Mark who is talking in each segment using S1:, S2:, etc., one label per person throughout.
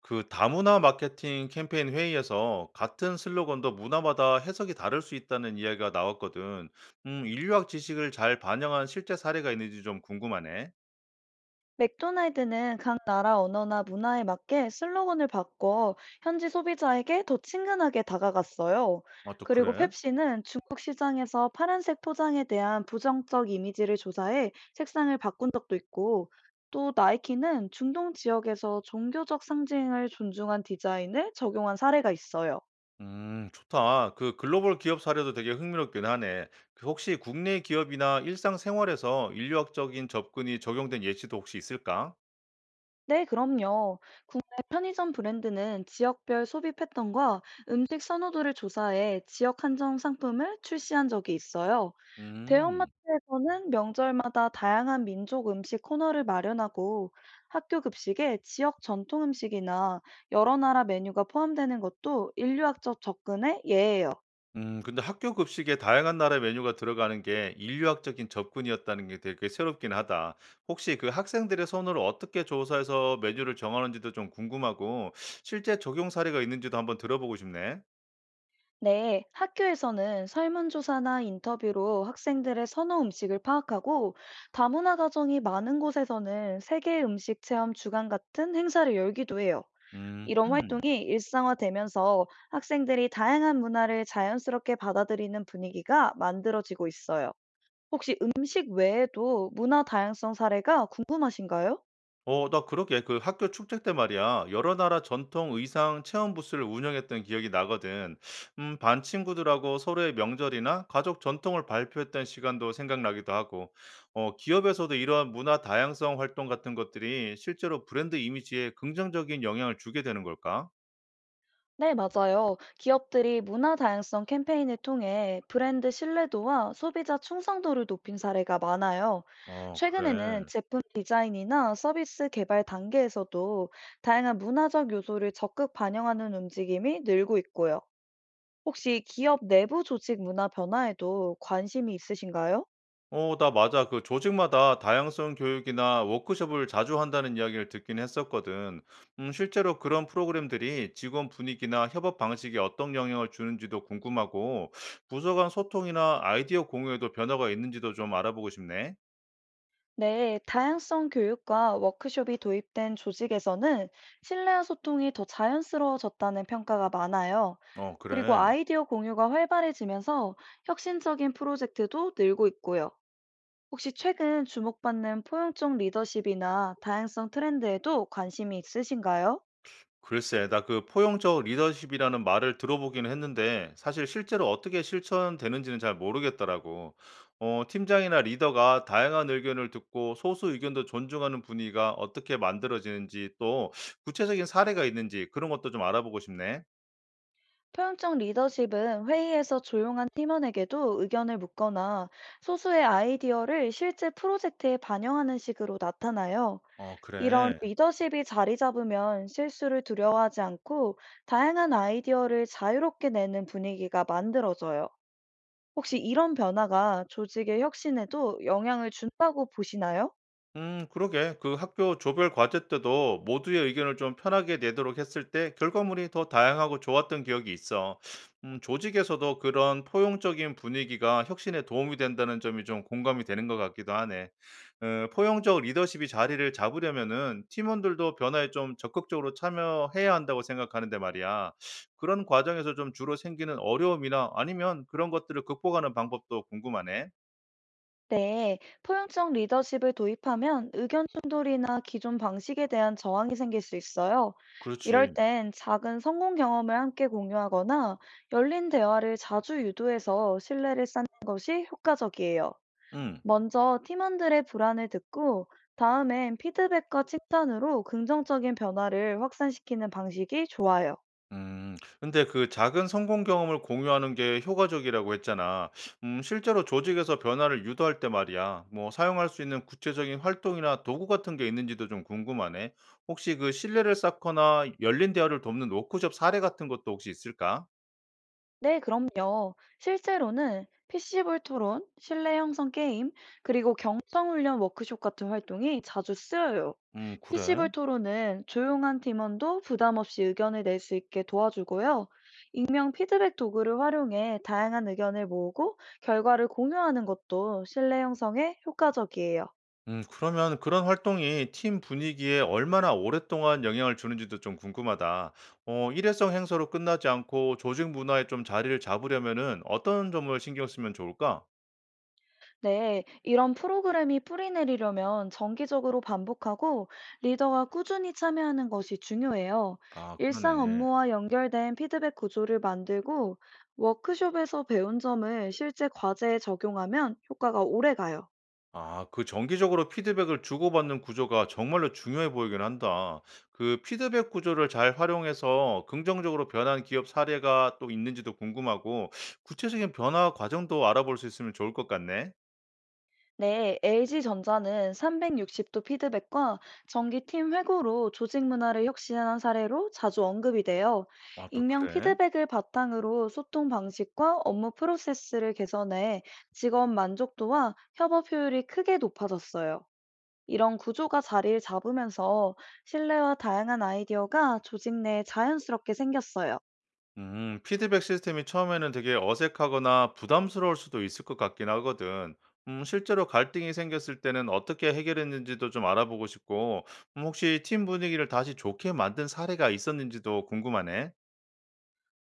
S1: 그 다문화 마케팅 캠페인 회의에서 같은 슬로건도 문화마다 해석이 다를 수 있다는 이야기가 나왔거든. 인류학 지식을 잘 반영한 실제 사례가 있는지 좀 궁금하네.
S2: 맥도날드는 각 나라 언어나 문화에 맞게 슬로건을 바꿔 현지 소비자에게 더 친근하게 다가갔어요.
S1: 아, 또
S2: 그리고
S1: 그래?
S2: 펩시는 중국 시장에서 파란색 포장에 대한 부정적 이미지를 조사해 색상을 바꾼 적도 있고, 또 나이키는 중동 지역에서 종교적 상징을 존중한 디자인을 적용한 사례가 있어요.
S1: 좋다. 그 글로벌 기업 사례도 되게 흥미롭긴 하네. 그 혹시 국내 기업이나 일상생활에서 인류학적인 접근이 적용된 예시도 혹시 있을까?
S2: 네, 그럼요. 국내 편의점 브랜드는 지역별 소비 패턴과 음식 선호도를 조사해 지역 한정 상품을 출시한 적이 있어요.
S1: 음.
S2: 대형마트에서는 명절마다 다양한 민족 음식 코너를 마련하고 학교 급식에 지역 전통 음식이나 여러 나라 메뉴가 포함되는 것도 인류학적 접근의 예예요.
S1: 근데 학교 급식에 다양한 나라의 메뉴가 들어가는 게 인류학적인 접근이었다는 게 되게 새롭긴 하다. 혹시 그 학생들의 손으로 어떻게 조사해서 메뉴를 정하는지도 좀 궁금하고 실제 적용 사례가 있는지도 한번 들어보고 싶네.
S2: 네, 학교에서는 설문조사나 인터뷰로 학생들의 선호 음식을 파악하고 다문화 가정이 많은 곳에서는 세계 음식 체험 주간 같은 행사를 열기도 해요.
S1: 음.
S2: 이런
S1: 음.
S2: 활동이 일상화되면서 학생들이 다양한 문화를 자연스럽게 받아들이는 분위기가 만들어지고 있어요. 혹시 음식 외에도 문화 다양성 사례가 궁금하신가요?
S1: 어, 나 그러게. 그 학교 축제 때 말이야. 여러 나라 전통 의상 체험 부스를 운영했던 기억이 나거든. 반 친구들하고 서로의 명절이나 가족 전통을 발표했던 시간도 생각나기도 하고, 어, 기업에서도 이러한 문화 다양성 활동 같은 것들이 실제로 브랜드 이미지에 긍정적인 영향을 주게 되는 걸까?
S2: 네, 맞아요. 기업들이 문화 다양성 캠페인을 통해 브랜드 신뢰도와 소비자 충성도를 높인 사례가 많아요.
S1: 어, 그래.
S2: 최근에는 제품 디자인이나 서비스 개발 단계에서도 다양한 문화적 요소를 적극 반영하는 움직임이 늘고 있고요. 혹시 기업 내부 조직 문화 변화에도 관심이 있으신가요?
S1: 어, 나 맞아. 그 조직마다 다양성 교육이나 워크숍을 자주 한다는 이야기를 듣긴 했었거든. 실제로 그런 프로그램들이 직원 분위기나 협업 방식에 어떤 영향을 주는지도 궁금하고, 부서 간 소통이나 아이디어 공유에도 변화가 있는지도 좀 알아보고 싶네.
S2: 네, 다양성 교육과 워크숍이 도입된 조직에서는 신뢰와 소통이 더 자연스러워졌다는 평가가 많아요.
S1: 어,
S2: 그리고
S1: 그래.
S2: 아이디어 공유가 활발해지면서 혁신적인 프로젝트도 늘고 있고요. 혹시 최근 주목받는 포용적 리더십이나 다양성 트렌드에도 관심이 있으신가요?
S1: 글쎄, 나 그 포용적 리더십이라는 말을 들어보기는 했는데 사실 실제로 어떻게 실천되는지는 잘 모르겠더라고. 어, 팀장이나 리더가 다양한 의견을 듣고 소수 의견도 존중하는 분위기가 어떻게 만들어지는지 또 구체적인 사례가 있는지 그런 것도 좀 알아보고 싶네.
S2: 포용적 리더십은 회의에서 조용한 팀원에게도 의견을 묻거나 소수의 아이디어를 실제 프로젝트에 반영하는 식으로 나타나요.
S1: 어,
S2: 이런
S1: 그래.
S2: 리더십이 자리 잡으면 실수를 두려워하지 않고 다양한 아이디어를 자유롭게 내는 분위기가 만들어져요. 혹시 이런 변화가 조직의 혁신에도 영향을 준다고 보시나요?
S1: 그러게. 그 학교 조별 과제 때도 모두의 의견을 좀 편하게 내도록 했을 때 결과물이 더 다양하고 좋았던 기억이 있어. 조직에서도 그런 포용적인 분위기가 혁신에 도움이 된다는 점이 좀 공감이 되는 것 같기도 하네. 어, 포용적 리더십이 자리를 잡으려면은 팀원들도 변화에 좀 적극적으로 참여해야 한다고 생각하는데 말이야. 그런 과정에서 좀 주로 생기는 어려움이나 아니면 그런 것들을 극복하는 방법도 궁금하네.
S2: 네, 포용적 리더십을 도입하면 의견 충돌이나 기존 방식에 대한 저항이 생길 수 있어요. 이럴
S1: 그렇지.
S2: 땐 작은 성공 경험을 함께 공유하거나 열린 대화를 자주 유도해서 신뢰를 쌓는 것이 효과적이에요.
S1: 음.
S2: 먼저 팀원들의 불안을 듣고 다음엔 피드백과 칭찬으로 긍정적인 변화를 확산시키는 방식이 좋아요.
S1: 음. 근데 그 "작은 성공 경험을 공유하는 게 효과적이라고 했잖아. 실제로 조직에서 변화를 유도할 때 말이야. 뭐 사용할 수 있는 구체적인 활동이나 도구 같은 게 있는지도 좀 궁금하네. 혹시 그 신뢰를 쌓거나 열린 대화를 돕는 워크숍 사례 같은 것도 혹시 있을까?
S2: 네, 그럼요. 실제로는 PC볼 토론, 실내 형성 게임, 그리고 경성훈련 워크숍 같은 활동이 자주 쓰여요.
S1: 그래?
S2: PC볼 토론은 조용한 팀원도 부담 없이 의견을 낼 수 있게 도와주고요. 익명 피드백 도구를 활용해 다양한 의견을 모으고 결과를 공유하는 것도 신뢰 형성에 효과적이에요.
S1: 그러면 그런 활동이 팀 분위기에 얼마나 오랫동안 영향을 주는지도 좀 궁금하다. 어 일회성 행사로 끝나지 않고 조직 문화에 좀 자리를 잡으려면은 어떤 점을 신경 쓰면 좋을까?
S2: 네, 이런 프로그램이 뿌리 내리려면 정기적으로 반복하고 리더가 꾸준히 참여하는 것이 중요해요.
S1: 아
S2: 일상
S1: 그러네.
S2: 업무와 연결된 피드백 구조를 만들고 워크숍에서 배운 점을 실제 과제에 적용하면 효과가 오래 가요.
S1: 아 그 정기적으로 피드백을 주고받는 구조가 정말로 중요해 보이긴 한다. 그 피드백 구조를 잘 활용해서 긍정적으로 변한 기업 사례가 또 있는지도 궁금하고 구체적인 변화 과정도 알아볼 수 있으면 좋을 것 같네.
S2: 네, LG전자는 360도 피드백과 정기 팀 회고로 조직 문화를 혁신한 사례로 자주 언급이 돼요.
S1: 아 또
S2: 익명
S1: 그래?
S2: 피드백을 바탕으로 소통 방식과 업무 프로세스를 개선해 직원 만족도와 협업 효율이 크게 높아졌어요. 이런 구조가 자리를 잡으면서 신뢰와 다양한 아이디어가 조직 내에 자연스럽게 생겼어요.
S1: 피드백 시스템이 처음에는 되게 어색하거나 부담스러울 수도 있을 것 같긴 하거든. 실제로 갈등이 생겼을 때는 어떻게 해결했는지도 좀 알아보고 싶고, 혹시 팀 분위기를 다시 좋게 만든 사례가 있었는지도 궁금하네.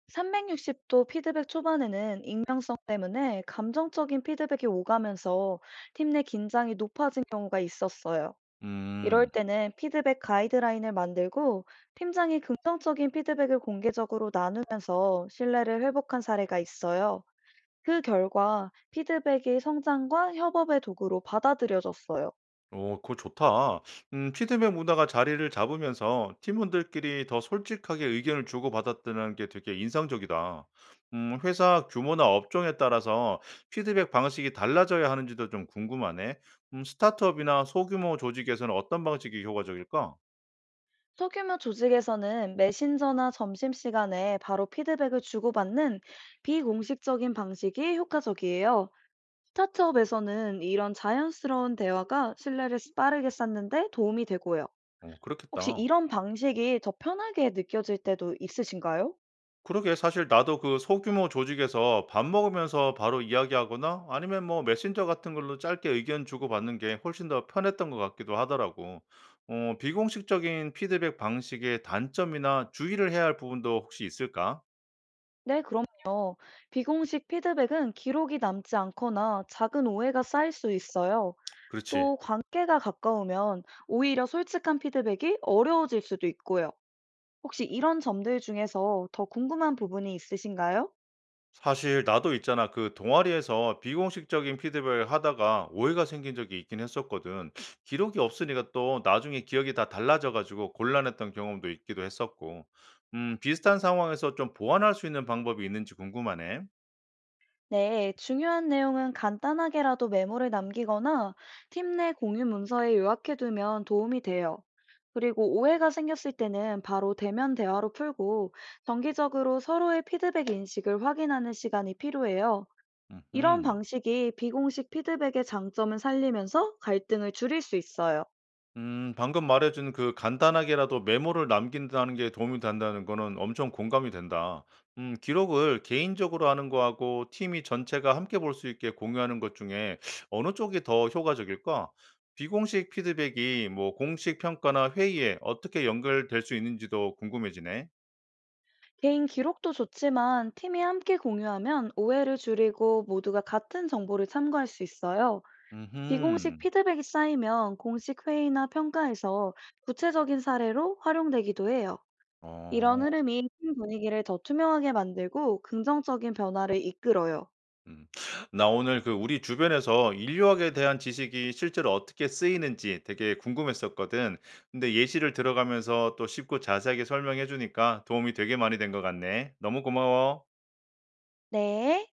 S2: 360도 피드백 초반에는 익명성 때문에 감정적인 피드백이 오가면서 팀 내 긴장이 높아진 경우가 있었어요. 이럴
S1: 음.
S2: 때는 피드백 가이드라인을 만들고 팀장이 긍정적인 피드백을 공개적으로 나누면서 신뢰를 회복한 사례가 있어요. 그 결과 피드백이 성장과 협업의 도구로 받아들여졌어요.
S1: 오, 그거 좋다. 피드백 문화가 자리를 잡으면서 팀원들끼리 더 솔직하게 의견을 주고받았다는 게 되게 인상적이다. 회사 규모나 업종에 따라서 피드백 방식이 달라져야 하는지도 좀 궁금하네. 스타트업이나 소규모 조직에서는 어떤 방식이 효과적일까?
S2: 소규모 조직에서는 메신저나 점심시간에 바로 피드백을 주고받는 비공식적인 방식이 효과적이에요. 스타트업에서는 이런 자연스러운 대화가 신뢰를 빠르게 쌓는데 도움이 되고요.
S1: 어,
S2: 혹시
S1: 그렇겠다.
S2: 이런 방식이 더 편하게 느껴질 때도 있으신가요?
S1: 그러게 사실 나도 그 소규모 조직에서 밥 먹으면서 바로 이야기하거나 아니면 뭐 메신저 같은 걸로 짧게 의견 주고받는 게 훨씬 더 편했던 것 같기도 하더라고. 어, 비공식적인 피드백 방식의 단점이나 주의를 해야 할 부분도 혹시 있을까?
S2: 네, 그럼요. 비공식 피드백은 기록이 남지 않거나 작은 오해가 쌓일 수 있어요.
S1: 그렇지.
S2: 또 관계가 가까우면 오히려 솔직한 피드백이 어려워질 수도 있고요. 혹시 이런 점들 중에서 더 궁금한 부분이 있으신가요?
S1: 사실 나도 있잖아. 그 동아리에서 비공식적인 피드백을 하다가 오해가 생긴 적이 있긴 했었거든. 기록이 없으니까 또 나중에 기억이 다 달라져가지고 곤란했던 경험도 있기도 했었고. 비슷한 상황에서 좀 보완할 수 있는 방법이 있는지 궁금하네.
S2: 네, 중요한 내용은 간단하게라도 메모를 남기거나 팀 내 공유 문서에 요약해두면 도움이 돼요. 그리고 오해가 생겼을 때는 바로 대면 대화로 풀고 정기적으로 서로의 피드백 인식을 확인하는 시간이 필요해요. 이런
S1: 음
S2: 방식이 비공식 피드백의 장점을 살리면서 갈등을 줄일 수 있어요.
S1: 방금 말해준 그 간단하게라도 메모를 남긴다는 게 도움이 된다는 거는 엄청 공감이 된다. 기록을 개인적으로 하는 거하고 팀이 전체가 함께 볼 수 있게 공유하는 것 중에 어느 쪽이 더 효과적일까? 비공식 피드백이 뭐 공식 평가나 회의에 어떻게 연결될 수 있는지도 궁금해지네.
S2: 개인 기록도 좋지만 팀이 함께 공유하면 오해를 줄이고 모두가 같은 정보를 참고할 수 있어요. 비공식
S1: 음흠.
S2: 피드백이 쌓이면 공식 회의나 평가에서 구체적인 사례로 활용되기도 해요. 이런
S1: 어.
S2: 흐름이 팀 분위기를 더 투명하게 만들고 긍정적인 변화를 이끌어요.
S1: 음. 나 오늘 그 우리 주변에서 인류학에 대한 지식이 실제로 어떻게 쓰이는지 되게 궁금했었거든. 근데 예시를 들어가면서 또 쉽고 자세하게 설명해 주니까 도움이 되게 많이 된 것 같네. 너무 고마워.
S2: 네.